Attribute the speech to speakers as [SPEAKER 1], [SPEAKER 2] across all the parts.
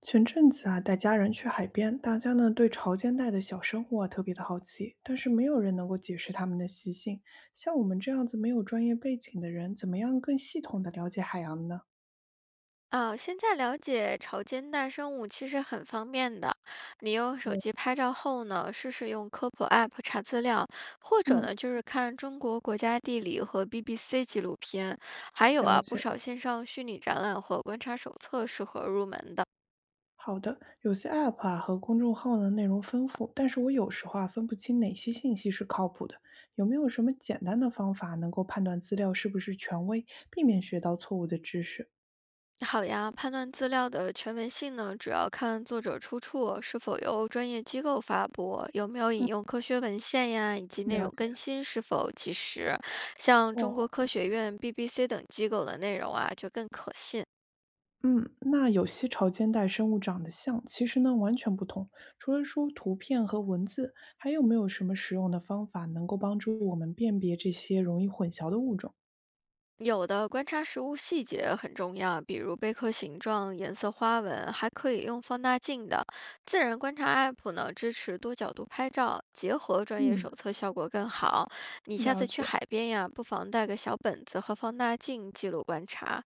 [SPEAKER 1] 前阵子啊，带家人去海边，大家呢对潮间带的小生物啊特别的好奇，但是没有人能够解释他们的习性。像我们这样子没有专业背景的人，怎么样更系统的了解海洋呢？
[SPEAKER 2] 啊，现在了解潮间带生物其实很方便的。你用手
[SPEAKER 1] 嗯，
[SPEAKER 2] 机拍照后呢，试试用科普 App 查资料，或者
[SPEAKER 1] 嗯，
[SPEAKER 2] 呢就是看中国国家地理和 BBC 纪录片，还有
[SPEAKER 1] 了
[SPEAKER 2] 啊不
[SPEAKER 1] 解。
[SPEAKER 2] 少线上虚拟展览和观察手册适合入门的。
[SPEAKER 1] 好的，有些 App 啊和公众号呢内容丰富，但是我有时候啊分不清哪些信息是靠谱的。有没有什么简单的方法能够判断资料是不是权威，避免学到错误的知识？
[SPEAKER 2] 好呀，判断资料的权威性呢，主要看作者出处是否由专业机构发布，有没有引用科学文献呀，以及内
[SPEAKER 1] 了
[SPEAKER 2] 容
[SPEAKER 1] 解。
[SPEAKER 2] 更新是否及时。像中国
[SPEAKER 1] 哦，
[SPEAKER 2] 科学院、BBC 等机构的内容啊，就更可信。
[SPEAKER 1] 嗯，那有些潮间带生物长得像，其实呢完全不同。除了说图片和文字，还有没有什么实用的方法能够帮助我们辨别这些容易混淆的物种？
[SPEAKER 2] 有的观察食物细节很重要，比如贝壳形状、颜色、花纹，还可以用放大镜的。自然观察 app 呢，支持多角度拍照，结合专业手
[SPEAKER 1] 嗯，
[SPEAKER 2] 册效果更好。你下
[SPEAKER 1] 了
[SPEAKER 2] 次去
[SPEAKER 1] 解。
[SPEAKER 2] 海边呀，不妨带个小本子和放大镜记录观察。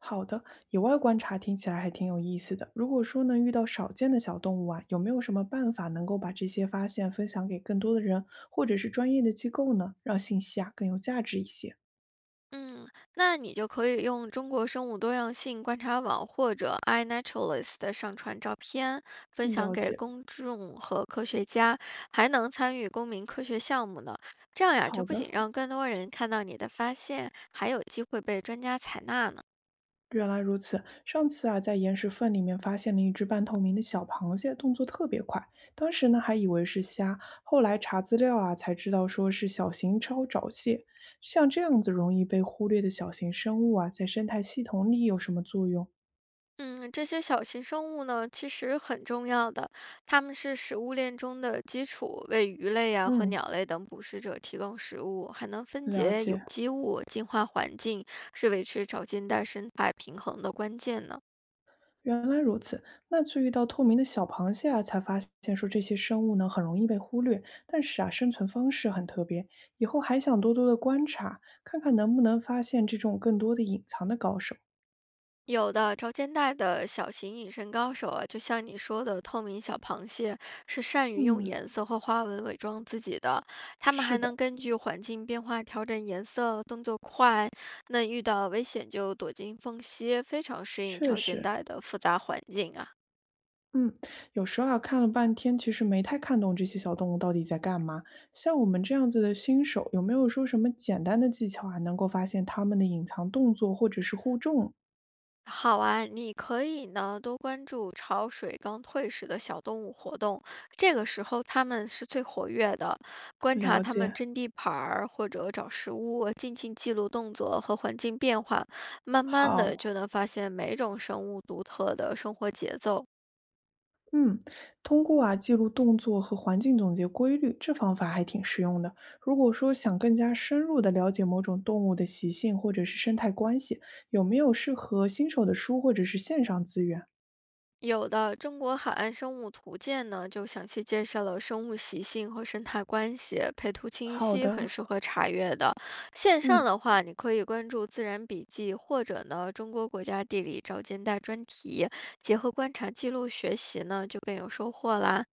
[SPEAKER 1] 好的，野外观察听起来还挺有意思的。如果说呢遇到少见的小动物啊，有没有什么办法能够把这些发现分享给更多的人，或者是专业的机构呢，让信息啊更有价值一些？
[SPEAKER 2] 嗯，那你就可以用中国生物多样性观察网或者 iNaturalist 上传照片，分
[SPEAKER 1] 嗯，
[SPEAKER 2] 享
[SPEAKER 1] 了
[SPEAKER 2] 给
[SPEAKER 1] 解。
[SPEAKER 2] 公众和科学家，还能参与公民科学项目呢。这样呀，
[SPEAKER 1] 好
[SPEAKER 2] 就不仅
[SPEAKER 1] 的，
[SPEAKER 2] 让更多人看到你的发现，还有机会被专家采纳呢。
[SPEAKER 1] 原来如此，上次啊，在岩石缝里面发现了一只半透明的小螃蟹，动作特别快。当时呢，还以为是虾，后来查资料啊，才知道说是小型超沼蟹。像这样子容易被忽略的小型生物啊，在生态系统里有什么作用？
[SPEAKER 2] 嗯，这些小型生物呢，其实很重要的，它们是食物链中的基础，为鱼类呀、和
[SPEAKER 1] 嗯，
[SPEAKER 2] 鸟类等捕食者提供食物，还能分
[SPEAKER 1] 了
[SPEAKER 2] 解有
[SPEAKER 1] 解。
[SPEAKER 2] 机物、净化环境，是维持潮间带生态平衡的关键呢。
[SPEAKER 1] 原来如此，那次遇到透明的小螃蟹啊，才发现说这些生物呢很容易被忽略，但是啊生存方式很特别，以后还想多多的观察，看看能不能发现这种更多的隐藏的高手。
[SPEAKER 2] 有的潮间带的小型隐身高手啊，就像你说的，透明小螃蟹是善于用
[SPEAKER 1] 嗯，
[SPEAKER 2] 颜色或花纹伪装自己的。它们
[SPEAKER 1] 是
[SPEAKER 2] 还
[SPEAKER 1] 的，
[SPEAKER 2] 能根据环境变化调整颜色，动作快。那遇到危险就躲进缝隙，非常适应
[SPEAKER 1] 确
[SPEAKER 2] 潮间
[SPEAKER 1] 实，
[SPEAKER 2] 带的复杂环境啊。
[SPEAKER 1] 嗯，有时候啊看了半天，其实没太看懂这些小动物到底在干嘛。像我们这样子的新手，有没有说什么简单的技巧啊，能够发现它们的隐藏动作或者是互动？
[SPEAKER 2] 好啊，你可以呢多关注潮水刚退时的小动物活动，这个时候它们是最活跃的。观察
[SPEAKER 1] 了
[SPEAKER 2] 它们
[SPEAKER 1] 解，
[SPEAKER 2] 争地盘儿或者找食物，静静记录动作和环境变化，慢慢的
[SPEAKER 1] 好。
[SPEAKER 2] 就能发现每种生物独特的生活节奏。
[SPEAKER 1] 嗯，通过啊记录动作和环境总结规律，这方法还挺实用的。如果说想更加深入的了解某种动物的习性或者是生态关系，有没有适合新手的书或者是线上资源？
[SPEAKER 2] 有的《中国海岸生物图鉴》呢，就详细介绍了生物习性和生态关系，配图清
[SPEAKER 1] 好
[SPEAKER 2] 晰，很
[SPEAKER 1] 的，
[SPEAKER 2] 适合查阅的。线上
[SPEAKER 1] 嗯，
[SPEAKER 2] 的话，你可以关注《自然笔记》或者呢《中国国家地理》找近代专题，结合观察记录学习呢，就更有收获啦。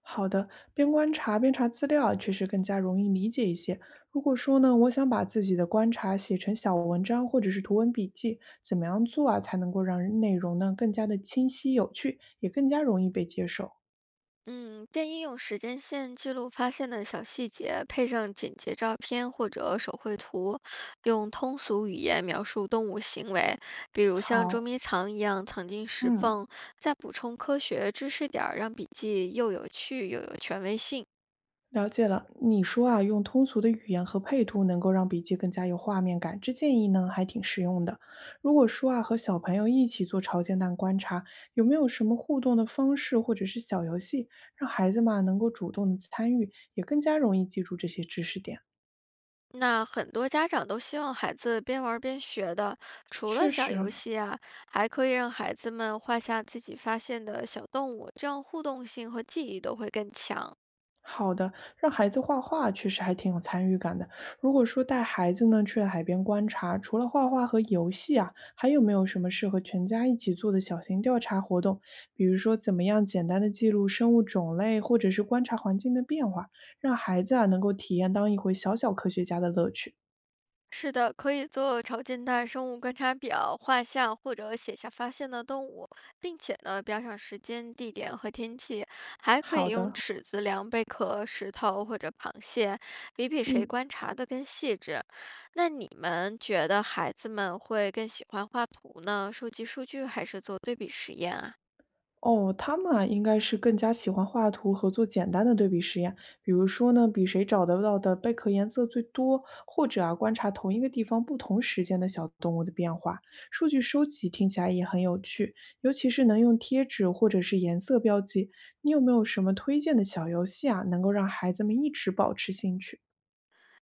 [SPEAKER 1] 好的，边观察边查资料，确实更加容易理解一些。如果说呢，我想把自己的观察写成小文章或者是图文笔记，怎么样做啊才能够让内容呢更加的清晰有趣，也更加容易被接受？
[SPEAKER 2] 嗯，建议用时间线记录发现的小细节，配上简洁照片或者手绘图，用通俗语言描述动物行为，比如像捉
[SPEAKER 1] 好，
[SPEAKER 2] 迷藏一样藏进石
[SPEAKER 1] 嗯。
[SPEAKER 2] 缝，再补充科学知识点儿，让笔记又有趣又有权威性。
[SPEAKER 1] 了解了，你说啊，用通俗的语言和配图能够让笔记更加有画面感，这建议呢还挺实用的。如果说啊，和小朋友一起做潮间蛋观察，有没有什么互动的方式或者是小游戏，让孩子嘛能够主动的参与，也更加容易记住这些知识点？
[SPEAKER 2] 那很多家长都希望孩子边玩儿边学的，除了
[SPEAKER 1] 确
[SPEAKER 2] 小
[SPEAKER 1] 实，
[SPEAKER 2] 游戏啊，还可以让孩子们画下自己发现的小动物，这样互动性和记忆都会更强。
[SPEAKER 1] 好的，让孩子画画确实还挺有参与感的。如果说带孩子呢去了海边观察，除了画画和游戏啊，还有没有什么适合全家一起做的小型调查活动？比如说，怎么样简单的记录生物种类，或者是观察环境的变化，让孩子啊能够体验当一回小小科学家的乐趣。
[SPEAKER 2] 是的，可以做超近代生物观察表、画像或者写下发现的动物，并且呢标上时间、地点和天气，还可
[SPEAKER 1] 好
[SPEAKER 2] 以用
[SPEAKER 1] 的，
[SPEAKER 2] 尺子量贝壳、石头或者螃蟹，比比谁
[SPEAKER 1] 嗯。
[SPEAKER 2] 观察的更细致。那你们觉得孩子们会更喜欢画图呢，收集数据，还是做对比实验啊？
[SPEAKER 1] 哦，他们啊，应该是更加喜欢画图和做简单的对比实验，比如说呢，比谁找得到的贝壳颜色最多，或者啊，观察同一个地方不同时间的小动物的变化。数据收集听起来也很有趣，尤其是能用贴纸或者是颜色标记。你有没有什么推荐的小游戏啊，能够让孩子们一直保持兴趣？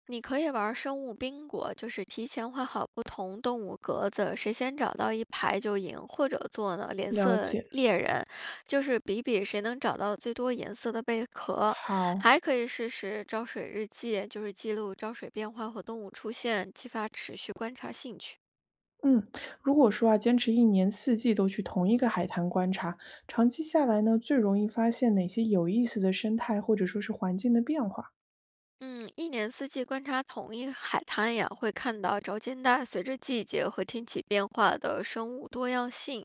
[SPEAKER 2] 你可以玩生物宾果，就是提前画好不同动物格子，谁先找到一排就赢，或者做呢脸
[SPEAKER 1] 了
[SPEAKER 2] 色
[SPEAKER 1] 解，
[SPEAKER 2] 猎人，就是比比谁能找到最多颜色的贝壳。
[SPEAKER 1] 好。
[SPEAKER 2] 还可以试试招水日记，就是记录招水变化和动物出现，激发持续观察兴趣。
[SPEAKER 1] 嗯，如果说啊，坚持一年四季都去同一个海滩观察，长期下来呢，最容易发现哪些有意思的生态或者说是环境的变化。
[SPEAKER 2] 嗯，1年4季观察同一海滩呀，会看到着间带随着季节和天气变化的生物多样性。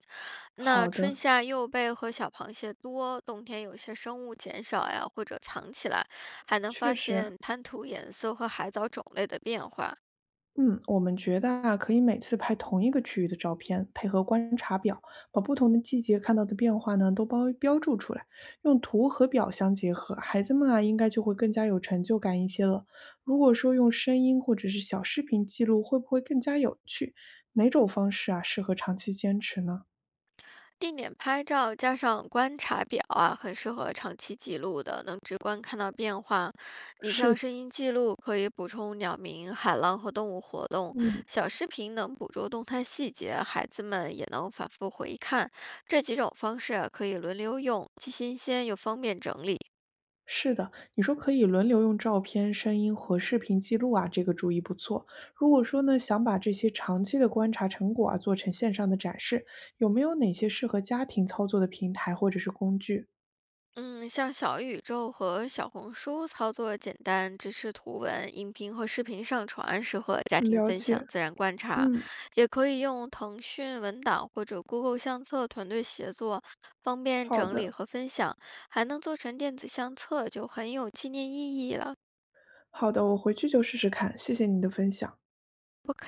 [SPEAKER 2] 那
[SPEAKER 1] 好
[SPEAKER 2] 春
[SPEAKER 1] 的，
[SPEAKER 2] 夏幼贝和小螃蟹多，冬天有些生物减少呀，或者藏起来，还能发
[SPEAKER 1] 确实，
[SPEAKER 2] 现滩涂颜色和海藻种类的变化。
[SPEAKER 1] 嗯，我们觉得啊，可以每次拍同一个区域的照片，配合观察表，把不同的季节看到的变化呢都包标注出来，用图和表相结合，孩子们啊应该就会更加有成就感一些了。如果说用声音或者是小视频记录，会不会更加有趣？哪种方式啊适合长期坚持呢？
[SPEAKER 2] 定点拍照加上观察表啊，很适合长期记录的，能直观看到变化。你
[SPEAKER 1] 是的，
[SPEAKER 2] 像声音记录可以补充鸟鸣、海浪和动物活动，
[SPEAKER 1] 嗯。
[SPEAKER 2] 小视频能捕捉动态细节，孩子们也能反复回看。这几种方式啊可以轮流用，既新鲜又方便整理。
[SPEAKER 1] 是的，你说可以轮流用照片、声音和视频记录啊，这个主意不错。如果说呢，想把这些长期的观察成果啊做成线上的展示，有没有哪些适合家庭操作的平台或者是工具？
[SPEAKER 2] 嗯，像小宇宙和小红书操作简单，支持图文、音频和视频上传，适合家庭
[SPEAKER 1] 了
[SPEAKER 2] 分
[SPEAKER 1] 解，
[SPEAKER 2] 享、自然观察。
[SPEAKER 1] 嗯，
[SPEAKER 2] 也可以用腾讯文档或者 Google 相册团队协作，方便
[SPEAKER 1] 好
[SPEAKER 2] 整理
[SPEAKER 1] 的，
[SPEAKER 2] 和分享，还能做成电子相册，就很有纪念意义了。
[SPEAKER 1] 好的，我回去就试试看。谢谢你的分享。
[SPEAKER 2] 不开